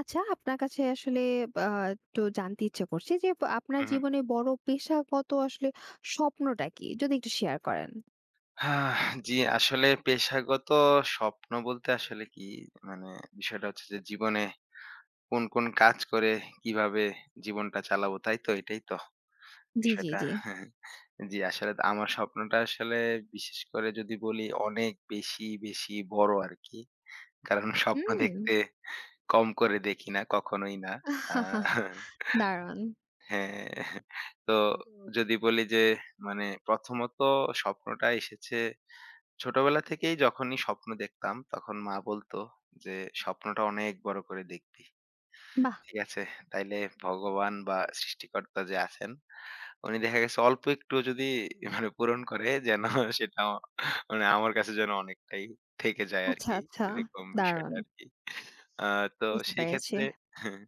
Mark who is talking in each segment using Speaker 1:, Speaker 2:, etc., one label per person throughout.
Speaker 1: আচ্ছা আপনার কাছে আসলে আ একটু জানতে ইচ্ছে করছে যে আপনার
Speaker 2: হুম, হুম।
Speaker 1: জীবনে বড় পেশাগত আসলে স্বপ্নটা কি? যদি একটু শেয়ার করেন।
Speaker 2: হ্যাঁ, জি, আসলে পেশাগত স্বপ্ন বলতে আসলে কি মানে বিষয়টা হচ্ছে যে জীবনে কোন, কোন কাজ করে কিভাবে জীবনটা চালাবো তাই তো? এটাই তো
Speaker 1: জি, জি,
Speaker 2: বিষয়টা।
Speaker 1: জি।
Speaker 2: হ্যাঁ, জি, আসলে আমার স্বপ্নটা আসলে বিশেষ করে যদি বলি অনেক বেশি, বেশি বড় আরকি। কারণ স্বপ্ন
Speaker 1: হুম।
Speaker 2: দেখতে কম করে দেখি না, কখনোই না। আ
Speaker 1: আহা হা, দারুণ!
Speaker 2: হ্যাঁ, তো যদি বলি যে মানে প্রথমত স্বপ্নটা এসেছে ছোটবেলা থেকেই যখনই স্বপ্ন দেখতাম, তখন মা বলত যে, "স্বপ্নটা অনেক বড় করে দেখবি।"
Speaker 1: বাহ!
Speaker 2: ঠিক আছে। তাইলে ভগবান বা সৃষ্টিকর্তা যে আছেন, উনি দেখা গেছে অল্প একটু যদি মানে পূরণ করে যেন সেটা আমা- মানে আমার কাছে যেন অনেকটাই থেকে যায়
Speaker 1: আচ্ছা,
Speaker 2: আরকি।
Speaker 1: আচ্ছা।
Speaker 2: এরকম বিষয়টা
Speaker 1: দারুণ!
Speaker 2: আরকি। আ তো
Speaker 1: বুঝতে
Speaker 2: সেই
Speaker 1: পেরেছি।
Speaker 2: ক্ষেত্রে হ্যাঁ,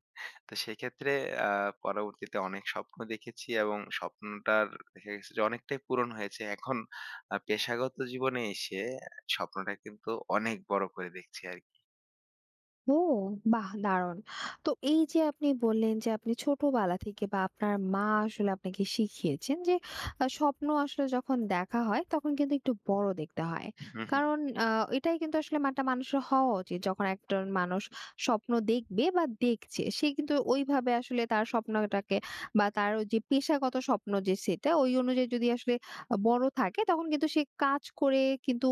Speaker 2: তো সেক্ষেত্রে আ পরবর্তীতে অনেক স্বপ্ন দেখেছি এবং স্বপ্নটার দেখা গেছে যে অনেকটাই পূরণ হয়েছে। এখন পেশাগত জীবনে এসে স্বপ্নটা কিন্তু অনেক বড় করে দেখছি আরকি।
Speaker 1: ও! বাহ! দারুণ। তো এই যে আপনি বললেন যে আপনি ছোটবেলা থেকে বা আপনার মা আসলে আপনাকে শিখিয়েছেন যে স্বপ্ন আসলে যখন দেখা হয় তখন কিন্তু একটু বড় দেখতে হয়। কারণ আ এটাই কিন্তু আসলে একটা মানুষের হওয়া উচিত। যখন একজন মানুষ স্বপ্ন দেখবে বা দেখছে সে কিন্তু ওইভাবে আসলে তার স্বপ্নটাকে বা তার ওই যে পেশাগত স্বপ্ন যে সেটা ওই অনুযায়ী যদি আসলে বড় থাকে তখন কিন্তু সে কাজ করে কিন্তু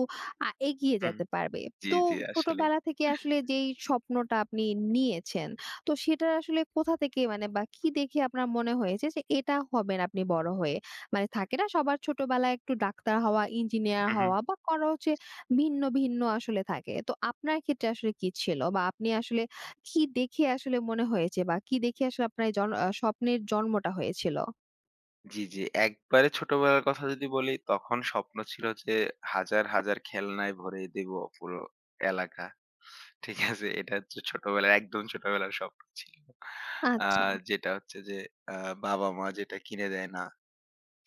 Speaker 1: এগিয়ে যেতে পারবে।
Speaker 2: জি,
Speaker 1: তো
Speaker 2: জি আসলেই।
Speaker 1: ছোটবেলা থেকে আসলে যেই স্বপ্নটা আপনি নিয়েছেন, তো সেটা আসলে কোথা থেকে মানে বা কি দেখে আপনার মনে হয়েছে যে এটা হবেন আপনি বড় হয়ে? মানে থাকে না সবার ছোটবেলায় একটু ডাক্তার হওয়া, ইঞ্জিনিয়ার হওয়া বা কারো হচ্ছে ভিন্ন, ভিন্ন আসলে থাকে। তো আপনার ক্ষেত্রে আসলে কি ছিল? বা আপনি আসলে কি দেখে আসলে মনে হয়েছে বা কি দেখে আসলে আপনার এই জন আ স্বপ্নের জন্মটা হয়েছিল?
Speaker 2: জি, জি। একবারে ছোটবেলার কথা যদি বলি, তখন স্বপ্ন ছিল যে হাজার, হাজার খেলনায় ভরিয়ে দিব পুরো এলাকা। ঠিক আছে? এটা হচ্ছে ছোটবেলার একদম ছোটবেলার স্বপ্ন ছিল। আ
Speaker 1: আচ্ছা,
Speaker 2: যেটা হচ্ছে যে আ বাবা-মা যেটা কিনে দেয় না,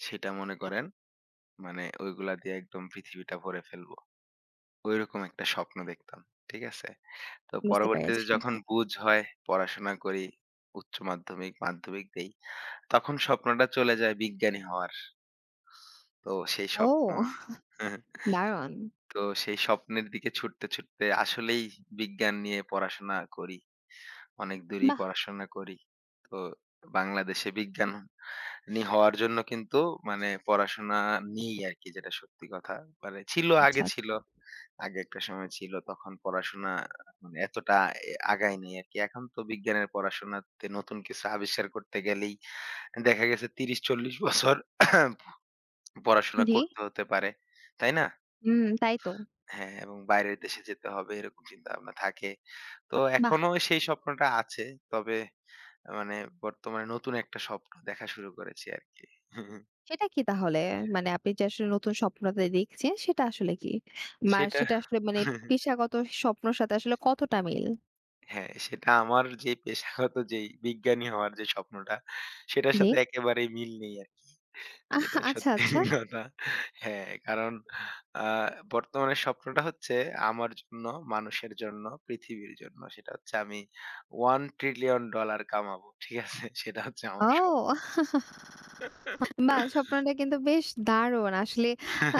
Speaker 2: সেটা মনে করেন মানে ওইগুলা দিয়ে একদম পৃথিবীটা ভরে ফেলবো। ঐরকম একটা স্বপ্ন দেখতাম। ঠিক আছে? তো
Speaker 1: বুঝতে
Speaker 2: পরবর্তীতে
Speaker 1: পেরেছি।
Speaker 2: যখন বুঝ হয়, পড়াশোনা করি, উচ্চ মাধ্যমিক, মাধ্যমিক দেই, তখন স্বপ্নটা চলে যায় বিজ্ঞানী হওয়ার। তো সেই
Speaker 1: ও
Speaker 2: স্বপ্ন হ্যাঁ, হ্যাঁ।
Speaker 1: দারুণ!
Speaker 2: তো সেই স্বপ্নের দিকে ছুটতে, ছুটতে আসলেই বিজ্ঞান নিয়ে পড়াশোনা করি। অনেক দূরেই
Speaker 1: বাহ!
Speaker 2: পড়াশোনা করি। তো বাংলাদেশে বিজ্ঞান নি হওয়ার জন্য কিন্তু মানে পড়াশোনা নেই আরকি যেটা সত্যি কথা। মানে ছিল,
Speaker 1: আচ্ছা,
Speaker 2: আগে
Speaker 1: আচ্ছা।
Speaker 2: ছিল। আগে একটা সময় ছিল। তখন পড়াশোনা মানে এতটা এ আগায় নাই আরকি। এখন তো বিজ্ঞানের পড়াশোনাতে নতুন কিছু আবিষ্কার করতে গেলেই দেখা গেছে ৩০-৪০ বছর পড়াশোনা
Speaker 1: জি।
Speaker 2: করতে হতে পারে। তাই না?
Speaker 1: হুম, তাই তো।
Speaker 2: হ্যাঁ, এবং বাইরের দেশে যেতে হবে এরকম চিন্তাভাবনা থাকে। তো
Speaker 1: বাহ!
Speaker 2: এখনো সেই স্বপ্নটা আছে। তবে মানে বর্তমানে নতুন একটা স্বপ্ন দেখা শুরু করেছি আরকি।
Speaker 1: সেটা কি তাহলে? মানে আপনি যে আসলে নতুন স্বপ্নটা দেখছেন সেটা আসলে কি?
Speaker 2: সেটা
Speaker 1: সেটা আসলে মানে পেশাগত স্বপ্নর সাথে আসলে কতটা মিল?
Speaker 2: হ্যাঁ, সেটা আমার যে পেশাগত যেই বিজ্ঞানী হওয়ার যে স্বপ্নটা, সেটার
Speaker 1: জি।
Speaker 2: সাথে একেবারেই মিল নেই আরকি।
Speaker 1: আহ,
Speaker 2: যেটা
Speaker 1: আচ্ছা,
Speaker 2: সত্যি
Speaker 1: আচ্ছা।
Speaker 2: কথা। হ্যাঁ, কারণ আ বর্তমানে স্বপ্নটা হচ্ছে আমার জন্য, মানুষের জন্য, পৃথিবীর জন্য। সেটা হচ্ছে আমি $1 ট্রিলিয়ন ডলার কামাবো। ঠিক আছে? সেটা হচ্ছে আমার স্বপ্ন।
Speaker 1: ও! বাহ! স্বপ্নটা কিন্তু বেশ দারুণ। আসলে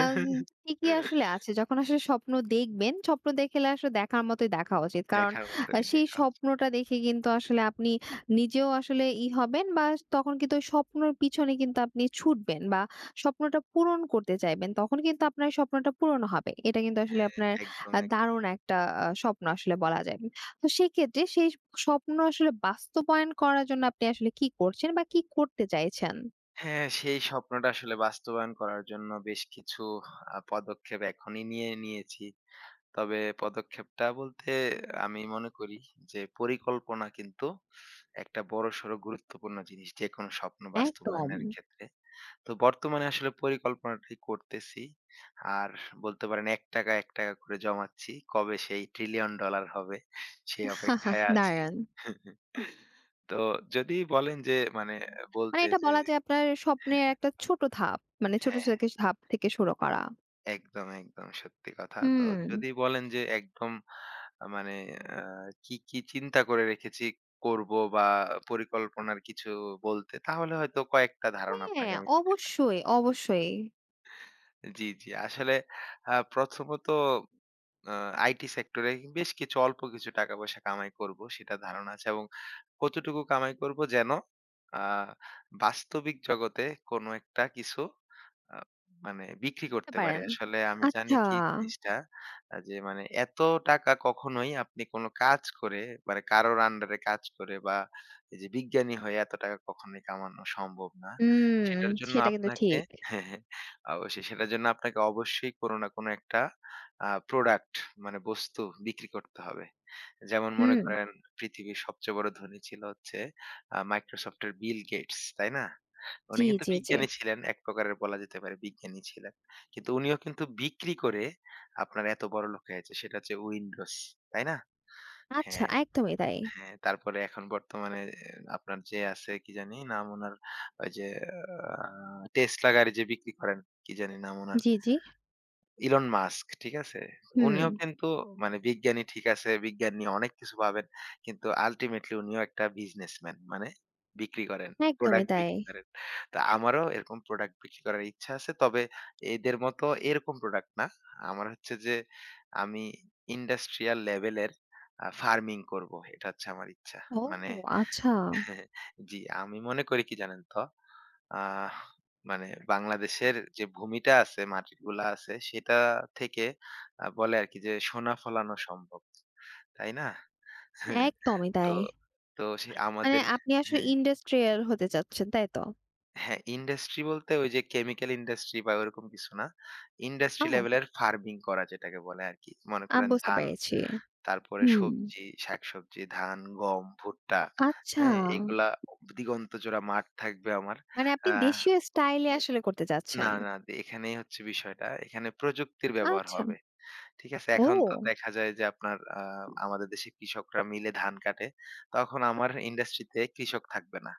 Speaker 1: আম ঠিকই আসলে আছে। যখন আসলে স্বপ্ন দেখবেন, স্বপ্ন দেখলে আসলে দেখার মতোই দেখা উচিত। কারণ
Speaker 2: দেখার মতনই
Speaker 1: সেই
Speaker 2: দেখা উচিত।
Speaker 1: স্বপ্নটা দেখে কিন্তু আসলে আপনি নিজেও আসলে হবেন বা তখন কিন্তু ওই স্বপ্নর পিছনে কিন্তু আপনি ছুটবেন বা স্বপ্নটা পূরণ করতে চাইবেন। তখন কিন্তু আপনার স্বপ্নটা পূরণ হবে। এটা কিন্তু আসলে
Speaker 2: হ্যাঁ,
Speaker 1: আপনার
Speaker 2: একদম, এক
Speaker 1: দারুণ একটা স্বপ্ন আসলে বলা যায়। তো সেক্ষেত্রে সেই স্বপ্ন আসলে বাস্তবায়ন করার জন্য আপনি আসলে কি করছেন বা কি করতে চাইছেন?
Speaker 2: হ্যাঁ, সেই স্বপ্নটা আসলে বাস্তবায়ন করার জন্য বেশ কিছু পদক্ষেপ এখনই নিয়ে নিয়েছি। তবে পদক্ষেপটা বলতে আমি মনে করি যে পরিকল্পনা কিন্তু একটা বড়সড় গুরুত্বপূর্ণ জিনিস যেকোনো স্বপ্ন
Speaker 1: একদম।
Speaker 2: বাস্তবায়নের ক্ষেত্রে। তো বর্তমানে আসলে পরিকল্পনাটাই করতেছি। আর বলতে পারেন ৳১ করে জমাচ্ছি। কবে সেই ট্রিলিয়ন ডলার হবে সেই অপেক্ষায় আছি।
Speaker 1: দারুণ।
Speaker 2: তো যদি বলেন যে মানে
Speaker 1: মানে
Speaker 2: বলতে
Speaker 1: এটা
Speaker 2: যে
Speaker 1: বলা যায় আপনার
Speaker 2: হ্যাঁ,
Speaker 1: স্বপ্নের একটা ছোট ধাপ। মানে ছোট
Speaker 2: হ্যাঁ।
Speaker 1: থেকে ধাপ থেকে শুরু করা।
Speaker 2: একদম, একদম সত্যি কথা। তো
Speaker 1: হুম।
Speaker 2: যদি বলেন যে একদম মানে আ কি, কি চিন্তা করে রেখেছি করব বা পরিকল্পনার কিছু বলতে তাহলে হয়তো কয়েকটা ধারণা আপনাকে
Speaker 1: হ্যাঁ,
Speaker 2: আমি দিতে পারি।
Speaker 1: অবশ্যই, অবশ্যই।
Speaker 2: জি, জি। আসলে প্রথমত আ আইটি সেক্টরে বেশ কিছু অল্প কিছু টাকা-পয়সা কামাই করব সেটা ধারণা আছে এবং কতটুকু কামাই করব যেন আ বাস্তবিক জগতে কোনো একটা কিছু আ মানে বিক্রি
Speaker 1: করতে
Speaker 2: করতে পারি।
Speaker 1: পারেন।
Speaker 2: আসলে আমি জানি
Speaker 1: আচ্ছা।
Speaker 2: কি জিনিসটা যে মানে এত টাকা কখনোই আপনি কোনো কাজ করে মানে কারোর আন্ডারে কাজ করে বা এই যে বিজ্ঞানী হয়ে এত টাকা কখনোই কামানো সম্ভব না।
Speaker 1: হুম,
Speaker 2: সেটার জন্য
Speaker 1: সেটা কিন্তু
Speaker 2: আপনাকে
Speaker 1: ঠিক।
Speaker 2: হ্যাঁ, হ্যাঁ অবশ্যই সেটার জন্য আপনাকে অবশ্যই কোনো না কোনো একটা প্রোডাক্ট মানে বস্তু বিক্রি করতে হবে। যেমন মনে
Speaker 1: হুম।
Speaker 2: করেন পৃথিবীর সবচেয়ে বড় ধনী ছিল হচ্ছে Microsoft এর বিল গেটস, তাই না? উনি
Speaker 1: জি,
Speaker 2: কিন্তু
Speaker 1: জি, জি।
Speaker 2: বিজ্ঞানী ছিলেন, এক প্রকারের বলা যেতে পারে বিজ্ঞানী ছিলেন। কিন্তু উনিও কিন্তু বিক্রি করে আপনার এত বড়লোক হয়েছে। সেটা হচ্ছে Windows, তাই না?
Speaker 1: আচ্ছা,
Speaker 2: হ্যাঁ,
Speaker 1: একদমই তাই।
Speaker 2: হ্যাঁ। তারপরে এখন বর্তমানে আপনার যে আছে কি জানি নাম উনার ওই যে Tesla গাড়ি যে বিক্রি করেন, কি জানি নাম উনার?
Speaker 1: জি, জি।
Speaker 2: ইলন মাস্ক, ঠিক আছে?
Speaker 1: হুম।
Speaker 2: উনিও কিন্তু মানে বিজ্ঞানী ঠিক আছে, বিজ্ঞান নিয়ে অনেক কিছু ভাবেন। কিন্তু আল্টিমেটলি উনিও একটা বিজনেসম্যান। মানে বিক্রি করেন,
Speaker 1: একদমই
Speaker 2: প্রোডাক্ট
Speaker 1: তাই।
Speaker 2: বিক্রি করেন। তো আমারও এরকম প্রোডাক্ট বিক্রি করার ইচ্ছা আছে। তবে এদের মতো এরকম প্রোডাক্ট না। আমার হচ্ছে যে আমি ইন্ডাস্ট্রিয়াল লেভেলের ফার্মিং করব। এটা হচ্ছে আমার ইচ্ছা।
Speaker 1: ও
Speaker 2: মানে
Speaker 1: আচ্ছা।
Speaker 2: হ্যাঁ, জি, আমি মনে করি কি জানেন তো? আহ মানে বাংলাদেশের যে ভূমিটা আছে, মাটিগুলা আছে সেটা থেকে বলে আরকি যে সোনা ফলানো সম্ভব। তাই না?
Speaker 1: একদমই
Speaker 2: তো
Speaker 1: তাই।
Speaker 2: তো সে
Speaker 1: মানে
Speaker 2: আমাদের
Speaker 1: আপনি আসলে
Speaker 2: হ্যাঁ,
Speaker 1: ইন্ডাস্ট্রিয়াল হতে চাচ্ছেন, তাই তো?
Speaker 2: হ্যাঁ ইন্ডাস্ট্রি বলতে ওই যে কেমিক্যাল ইন্ডাস্ট্রি বা ওরকম কিছু না। ইন্ডাস্ট্রি
Speaker 1: ও,
Speaker 2: লেভেলের ফার্মিং করা যেটাকে বলে আরকি। মনে
Speaker 1: আমি
Speaker 2: করেন
Speaker 1: বুঝতে
Speaker 2: ধান
Speaker 1: পেরেছি।
Speaker 2: তারপরে
Speaker 1: হুম।
Speaker 2: সবজি, শাকসবজি, ধান, গম, ভুট্টা,
Speaker 1: আচ্ছা।
Speaker 2: হ্যাঁ? এগুলা দিগন্ত জোড়া মাঠ থাকবে আমার।
Speaker 1: মানে আপনি
Speaker 2: আ
Speaker 1: দেশীয় স্টাইলে আসলে করতে
Speaker 2: না,
Speaker 1: চাচ্ছেন।
Speaker 2: না, এখানেই হচ্ছে বিষয়টা। এখানে প্রযুক্তির ব্যবহার
Speaker 1: আচ্ছা।
Speaker 2: হবে। ঠিক আছে? এখন তো
Speaker 1: ও!
Speaker 2: দেখা যায় যে আপনার আমাদের দেশে কৃষকরা মিলে ধান কাটে। তখন আমার ইন্ডাস্ট্রিতে কৃষক থাকবে না।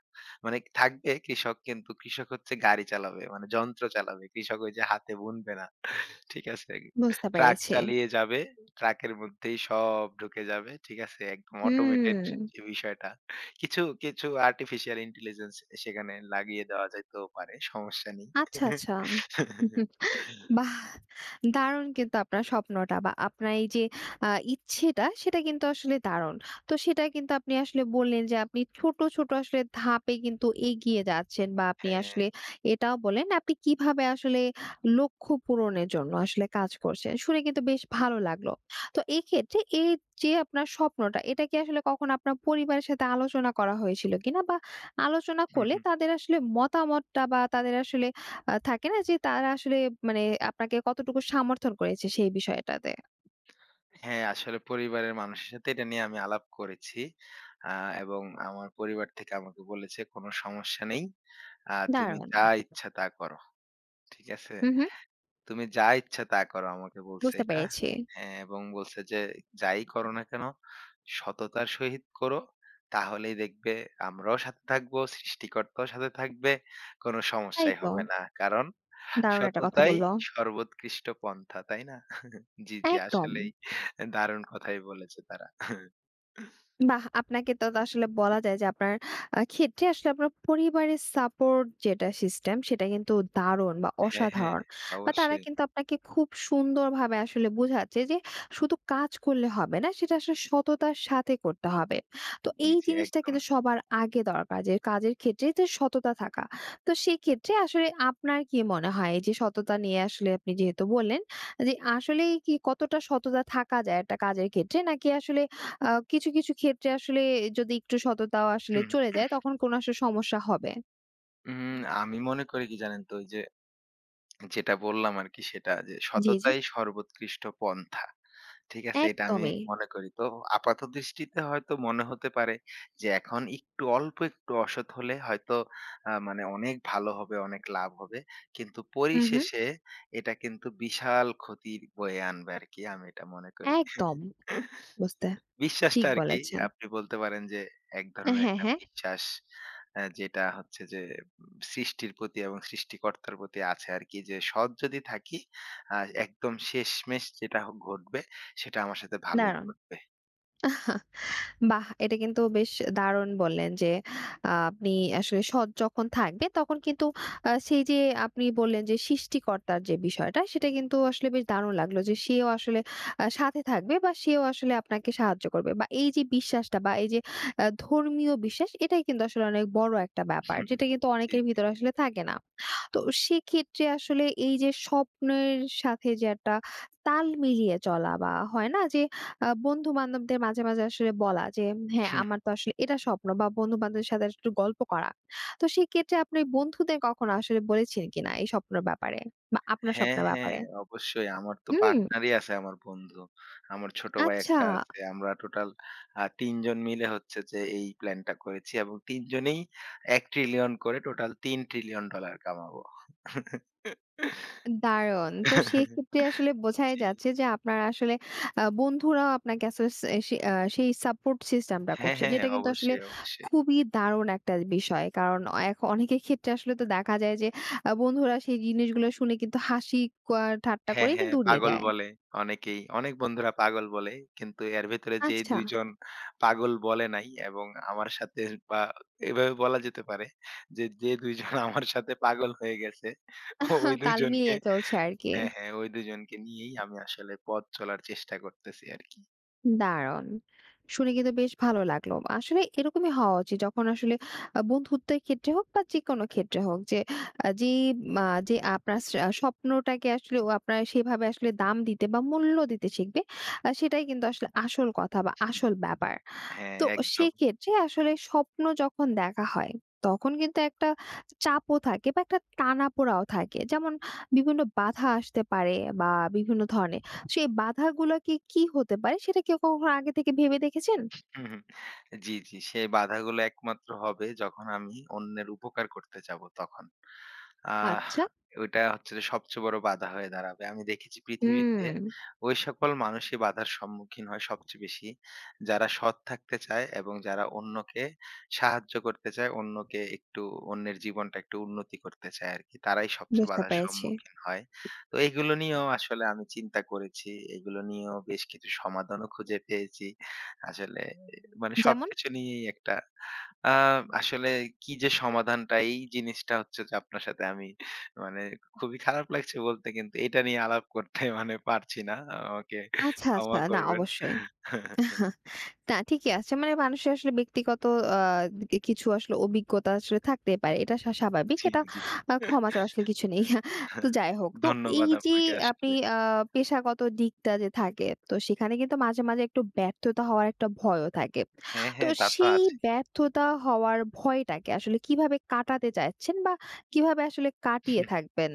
Speaker 2: মানে থাকবে কৃষক কিন্তু কৃষক হচ্ছে গাড়ি চালাবে। মানে যন্ত্র চালাবে। কৃষক ওই যে হাতে বুনবে না। ঠিক আছে?
Speaker 1: বুঝতে
Speaker 2: ট্রাক
Speaker 1: পেরেছি।
Speaker 2: চালিয়ে যাবে। ট্রাকের মধ্যেই সব ঢুকে যাবে। ঠিক আছে? একদম অটোমেটেড
Speaker 1: হুম।
Speaker 2: যে বিষয়টা। কিছু, কিছু আর্টিফিশিয়াল ইন্টেলিজেন্স সেখানে লাগিয়ে দেওয়া যাইতেও পারে। সমস্যা নেই।
Speaker 1: আচ্ছা, আচ্ছা। বাহ! দারুণ কিন্তু আপনার স্বপ্নটা বা আপনার এই যে আ ইচ্ছেটা সেটা কিন্তু আসলে দারুণ। তো সেটা কিন্তু আপনি আসলে বললেন যে আপনি ছোট, ছোট আসলে ধাপে কিন্তু এগিয়ে যাচ্ছেন বা আপনি
Speaker 2: হ্যাঁ।
Speaker 1: আসলে এটাও বললেন আপনি কিভাবে আসলে লক্ষ্য পূরণের জন্য আসলে কাজ করছেন। শুনে কিন্তু বেশ ভালো লাগলো। তো এক্ষেত্রে এই যে আপনার স্বপ্নটা এটা কি আসলে কখনো আপনার পরিবারের সাথে আলোচনা করা হয়েছিল কিনা? বা আলোচনা করলে তাদের আসলে মতামতটা বা তাদের আসলে থাকে না যে তারা আসলে মানে আপনাকে কতটুকু সমর্থন করেছে সেই বিষয়টাতে।
Speaker 2: হ্যাঁ, আসলে পরিবারের মানুষের সাথে এটা নিয়ে আমি আলাপ করেছি। আ এবং আমার পরিবার থেকে আমাকে বলেছে, "কোন সমস্যা নেই। তুমি
Speaker 1: দারুণ।
Speaker 2: যা ইচ্ছা তা করো।" ঠিক আছে?
Speaker 1: হু, হু।
Speaker 2: তুমি যা ইচ্ছা তা করো আমাকে বলছে
Speaker 1: বুঝতে
Speaker 2: এটা।
Speaker 1: পেরেছি।
Speaker 2: হ্যাঁ, এবং বলছে যে, "যাই করো না কেন সততার সহিত করো। তাহলেই দেখবে আমরাও সাথে থাকবো, সৃষ্টিকর্তাও সাথে থাকবে। কোনো
Speaker 1: তাই
Speaker 2: সমস্যাই
Speaker 1: তো।
Speaker 2: হবে না। কারণ
Speaker 1: দারুণ একটা কথা
Speaker 2: সততাই
Speaker 1: বলল।
Speaker 2: সর্বোৎকৃষ্ট পন্থা।" তাই না? জি, জি
Speaker 1: একদম।
Speaker 2: আসলেই দারুণ কথাই বলেছে তারা।
Speaker 1: বাহ! আপনাকে তো আসলে বলা যায় যে আপনার ক্ষেত্রে আসলে আপনার পরিবারের সাপোর্ট যেটা সিস্টেম সেটা কিন্তু দারুণ বা
Speaker 2: হ্যাঁ, হ্যাঁ
Speaker 1: অসাধারণ। বা তারা
Speaker 2: অবশ্যই।
Speaker 1: কিন্তু আপনাকে খুব সুন্দরভাবে আসলে বুঝাচ্ছে যে শুধু কাজ করলে হবে না, সেটা আসলে সততার সাথে করতে হবে। তো
Speaker 2: জি,
Speaker 1: এই
Speaker 2: জি
Speaker 1: জিনিসটা
Speaker 2: একদম।
Speaker 1: কিন্তু সবার আগে দরকার যে কাজের ক্ষেত্রে যে সততা থাকা। তো সেক্ষেত্রে আসলে আপনার কি মনে হয় এই যে সততা নিয়ে আসলে আপনি যেহেতু বললেন যে আসলেই কি কতটা সততা থাকা যায় একটা কাজের ক্ষেত্রে? নাকি আসলে কিছু, কিছু ক্ষেত্রে আসলে যদি একটু সততাও আসলে চলে যায় তখন কোনো আসলে সমস্যা হবে।
Speaker 2: উম আমি মনে করি কি জানেন তো? ওই যে যেটা বললাম আরকি সেটা যে
Speaker 1: জি, জি।
Speaker 2: সততাই সর্বোৎকৃষ্ট পন্থা। ঠিক আছে? এটা আমি
Speaker 1: একদমই।
Speaker 2: মনে করি। তো আপাত দৃষ্টিতে হয়তো মনে হতে পারে যে এখন একটু অল্প একটু অসৎ হলে হয়তো মানে অনেক ভালো হবে, অনেক লাভ হবে। কিন্তু
Speaker 1: হু, হু।
Speaker 2: পরিশেষে এটা কিন্তু বিশাল ক্ষতি বয়ে আনবে আরকি আমি এটা মনে করি।
Speaker 1: একদম বুঝতে
Speaker 2: বিশ্বাসটা
Speaker 1: ঠিক
Speaker 2: আরকি
Speaker 1: বলেছেন।
Speaker 2: আপনি বলতে পারেন যে এক ধরনের
Speaker 1: হ্যাঁ,
Speaker 2: একটা
Speaker 1: হ্যাঁ।
Speaker 2: বিশ্বাস যেটা হচ্ছে যে সৃষ্টির প্রতি এবং সৃষ্টিকর্তার প্রতি আছে আরকি। যে সৎ যদি থাকি আ একদম শেষমেষ যেটা হ ঘটবে সেটা আমার সাথে ভালোই
Speaker 1: দারুণ।
Speaker 2: ঘটবে।
Speaker 1: বাহ! এটা কিন্তু বেশ দারুণ বললেন যে, আপনি আসলে সৎ যখন থাকবেন তখন কিন্তু সেই যে আপনি বললেন যে সৃষ্টিকর্তার যে বিষয়টা সেটা কিন্তু আসলে বেশ দারুণ লাগলো যে সেও আসলে সাথে থাকবে বা সেও আসলে আপনাকে সাহায্য করবে। বা এই যে বিশ্বাসটা বা এই যে ধর্মীয় বিশ্বাস এটাই কিন্তু আসলে অনেক বড় একটা ব্যাপার। যেটা কিন্তু
Speaker 2: জি,
Speaker 1: অনেকের ভিতরে আসলে থাকে না। তো সেক্ষেত্রে আসলে এই যে স্বপ্নের সাথে যে একটা তাল মিলিয়ে চলা বা হয় না যে বন্ধু-বান্ধবদের মাঝে, মাঝে আসলে বলা যে, হ্যাঁ,
Speaker 2: জি।
Speaker 1: আমার তো আসলে এটা স্বপ্ন বা বন্ধু-বান্ধবের সাথে একটু গল্প করা। তো সেক্ষেত্রে আপনি বন্ধুদের কখনো আসলে বলেছেন কিনা এই স্বপ্নের ব্যাপারে বা আপনার
Speaker 2: হ্যাঁ,
Speaker 1: স্বপ্নের
Speaker 2: হ্যাঁ,
Speaker 1: ব্যাপারে?
Speaker 2: অবশ্যই। আমার তো
Speaker 1: হুম।
Speaker 2: পার্টনারই আছে আমার বন্ধু। আমার ছোট ভাই
Speaker 1: আচ্ছা।
Speaker 2: একটা আছে। আমরা টোটাল ৩ জন মিলে হচ্ছে যে এই প্ল্যানটা করেছি এবং ৩ জনেই ৳১ ট্রিলিয়ন করে টোটাল $৩ ট্রিলিয়ন ডলার কামাবো।
Speaker 1: দারুণ! তো সেক্ষেত্রে আসলে বোঝাই
Speaker 2: জি।
Speaker 1: যাচ্ছে যে আপনার আসলে বন্ধুরাও আপনাকে আসলে সে সে আ সেই সাপোর্ট সিস্টেমটা
Speaker 2: হ্যাঁ,
Speaker 1: করছে।
Speaker 2: হ্যাঁ,
Speaker 1: যেটা কিন্তু আসলে
Speaker 2: অবশ্যই, অবশ্যই।
Speaker 1: খুবই দারুণ একটা বিষয়। কারণ অনেকের ক্ষেত্রে আসলে তো দেখা যায় যে বন্ধুরা সেই জিনিসগুলো শুনে কিন্তু হাসি ক ঠাট্টা
Speaker 2: হ্যাঁ,
Speaker 1: করেই
Speaker 2: হ্যাঁ,
Speaker 1: কিন্তু উড়িয়ে
Speaker 2: পাগল
Speaker 1: দেয়।
Speaker 2: বলে অনেকেই। অনেক বন্ধুরা পাগল বলে। কিন্তু এর ভেতরে যে
Speaker 1: আচ্ছা,
Speaker 2: ২ জন পাগল বলে নাই এবং আমার সাথে বা এভাবে বলা যেতে পারে যে, যে ২ জন আমার সাথে পাগল হয়ে গেছে ও-
Speaker 1: হ্যাঁ,
Speaker 2: ওই ২
Speaker 1: তাল
Speaker 2: জনকে
Speaker 1: মিলিয়ে চলছে আরকি।
Speaker 2: হ্যাঁ, হ্যাঁ, ওই ২ জনকে নিয়েই আমি আসলে পথ চলার চেষ্টা করতেছি আরকি।
Speaker 1: দারুণ! শুনে কিন্তু বেশ ভালো লাগলো। আসলে এরকমই হওয়া উচিত যখন আসলে বন্ধুত্বের ক্ষেত্রে হোক বা যেকোনো ক্ষেত্রে হোক যে আ যে মা যে আপনার স্বপ্নটাকে আসলে ও আপনার সেভাবে আসলে দাম দিতে বা মূল্য দিতে শিখবে সেটাই কিন্তু আসলে আসল কথা বা আসল ব্যাপার।
Speaker 2: হ্যাঁ,
Speaker 1: তো
Speaker 2: একদম।
Speaker 1: সেক্ষেত্রে আসলে স্বপ্ন যখন দেখা হয় তখন কিন্তু একটা চাপও থাকে বা একটা টানাপোড়াও থাকে। যেমন বিভিন্ন বাধা আসতে পারে বা বিভিন্ন ধরনের। সেই বাধাগুলোকে কি কি হতে পারে সেটা কি কখনো আগে থেকে ভেবে দেখেছেন?
Speaker 2: হুম, হুম। জি, জি। সেই বাধাগুলো একমাত্র হবে যখন আমি অন্যের উপকার করতে যাব তখন। আহ
Speaker 1: আচ্ছা।
Speaker 2: ওইটা হচ্ছে যে সবচেয়ে বড় বাধা হয়ে দাঁড়াবে। আমি দেখেছি পৃথিবীতে
Speaker 1: হুম,
Speaker 2: ওই সকল মানুষই বাধার সম্মুখীন হয় সবচেয়ে বেশি, যারা সৎ থাকতে চায় এবং যারা অন্যকে সাহায্য করতে চায়, অন্যকে একটু অন্যের জীবনটা একটু উন্নতি করতে চায় আরকি। তারাই সবচেয়ে
Speaker 1: বুঝতে
Speaker 2: বাধার
Speaker 1: পেরেছি।
Speaker 2: সম্মুখীন হয়। তো এইগুলো নিয়েও আসলে আমি চিন্তা করেছি। এগুলো নিয়েও বেশ কিছু সমাধানও খুঁজে পেয়েছি। আসলে মানে
Speaker 1: যেমন?
Speaker 2: সবকিছু নিয়েই একটা আ আসলে কি যে সমাধানটা এই জিনিসটা হচ্ছে যে আপনার সাথে আমি মানে খুবই খারাপ লাগছে বলতে কিন্তু এটা নিয়ে আলাপ করতে মানে পারছি না। আমাকে
Speaker 1: আচ্ছা, আচ্ছা।
Speaker 2: ক্ষমা
Speaker 1: না
Speaker 2: করবেন।
Speaker 1: অবশ্যই। না ঠিকই আছে। মানে মানুষের আসলে ব্যক্তিগত আ কি কিছু আসলে অভিজ্ঞতা আসলে থাকতেই পারে। এটা স্বাভাবিক।
Speaker 2: জি,
Speaker 1: এটা
Speaker 2: জি।
Speaker 1: ক্ষমা চাওয়ার আসলে কিছু নেই। তো যাই হোক। তো এই
Speaker 2: ধন্যবাদ
Speaker 1: যে
Speaker 2: আপনাকে
Speaker 1: আপনি
Speaker 2: আসলে।
Speaker 1: পেশাগত দিকটা যে থাকে, তো সেখানে কিন্তু মাঝে, মাঝে একটু ব্যর্থতা হওয়ার একটা ভয়ও থাকে।
Speaker 2: হ্যাঁ,
Speaker 1: তো
Speaker 2: হ্যাঁ তা তো
Speaker 1: সেই
Speaker 2: আছে।
Speaker 1: ব্যর্থতা হওয়ার ভয়টাকে আসলে কিভাবে কাটাতে চাচ্ছেন বা কিভাবে আসলে কাটিয়ে থাকবেন?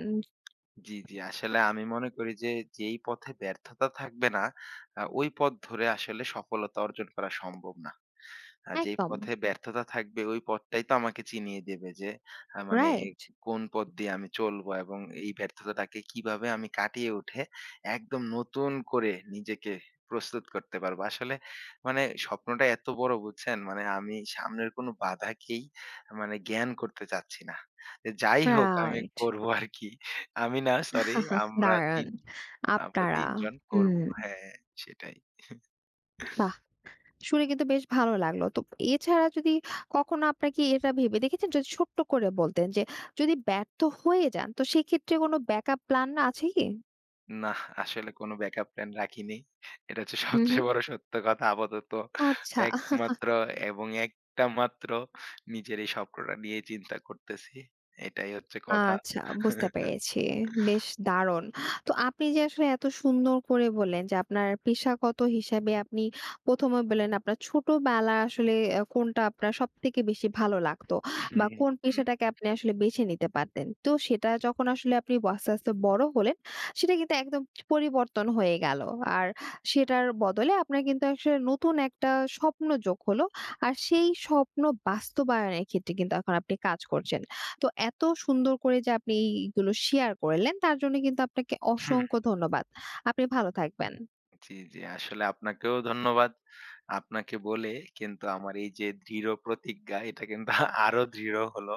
Speaker 2: জি, জি। আসলে আমি মনে করি যে যেই পথে ব্যর্থতা থাকবে না ওই পথ ধরে আসলে সফলতা অর্জন করা সম্ভব না। যেই
Speaker 1: একদম।
Speaker 2: পথে ব্যর্থতা থাকবে ওই পথটাই তো আমাকে চিনিয়ে দেবে যে মানে
Speaker 1: রাইট?
Speaker 2: কোন পথ দিয়ে আমি চলবো এবং এই ব্যর্থতাটাকে কিভাবে আমি কাটিয়ে উঠে একদম নতুন করে নিজেকে প্রস্তুত করতে পারবো। আসলে মানে স্বপ্নটা এত বড় বুঝছেন? মানে আমি সামনের কোনো বাধাকেই মানে জ্ঞান করতে চাচ্ছি না। যে যাই হোক আমি
Speaker 1: রাইট।
Speaker 2: করবো আরকি। আমি না সরি আমরা
Speaker 1: দারুণ!
Speaker 2: ৩ আমরা
Speaker 1: আপনারা।
Speaker 2: ৩ জন
Speaker 1: হুম,
Speaker 2: করবো। হ্যাঁ, সেটাই।
Speaker 1: বাহ! শুনে কিন্তু বেশ ভালো লাগলো। তো এছাড়া যদি কখনো আপনারা কি এটা ভেবে দেখেছেন যদি ছোট্ট করে বলতেন যে যদি ব্যর্থ হয়ে যান তো সেক্ষেত্রে কোনো ব্যাকআপ প্ল্যান আছে কি?
Speaker 2: না, আসলে কোনো ব্যাকআপ প্ল্যান রাখিনি। এটা হচ্ছে
Speaker 1: হুম, হুম।
Speaker 2: সবচেয়ে বড় সত্য কথা। আপাতত
Speaker 1: আচ্ছা।
Speaker 2: একমাত্র এবং একটা মাত্র নিজের এই স্বপ্নটা নিয়ে চিন্তা করতেছি। এটাই হচ্ছে কথা।
Speaker 1: আচ্ছা বুঝতে পেরেছি। বেশ দারুণ। তো আপনি যে আসলে এত সুন্দর করে বললেন যে আপনার পেশাগত হিসাবে আপনি ১ম এ বললেন আপনার ছোটবেলা আসলে কোনটা আপনার সবথেকে বেশি ভালো লাগতো
Speaker 2: হুম,
Speaker 1: বা কোন
Speaker 2: হুম,
Speaker 1: পেশাটাকে আপনি আসলে বেছে নিতে পারতেন। তো সেটা যখন আসলে আপনি আস্তে, আস্তে বড় হলেন সেটা কিন্তু একদম পরিবর্তন হয়ে গেল। আর সেটার বদলে আপনার কিন্তু আসলে নতুন একটা স্বপ্ন যোগ হলো। আর সেই স্বপ্ন বাস্তবায়নের ক্ষেত্রে কিন্তু এখন আপনি কাজ করছেন। তো এত সুন্দর করে যে আপনি এইগুলো শেয়ার করলেন তার জন্য কিন্তু আপনাকে অসংখ্য ধন্যবাদ। আপনি ভালো থাকবেন।
Speaker 2: জি, জি। আসলে আপনাকেও ধন্যবাদ। আপনাকে বলে কিন্তু আমার এই যে দৃঢ় প্রতিজ্ঞা এটা কিন্তু আরো দৃঢ় হলো।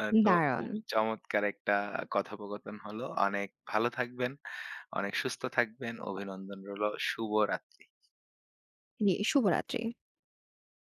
Speaker 2: তো
Speaker 1: দারুণ।
Speaker 2: খুব চমৎকার একটা কথোপকথন হলো। অনেক ভালো থাকবেন, অনেক সুস্থ থাকবেন। অভিনন্দন রইলো। শুভরাত্রি।
Speaker 1: জি, শুভরাত্রি।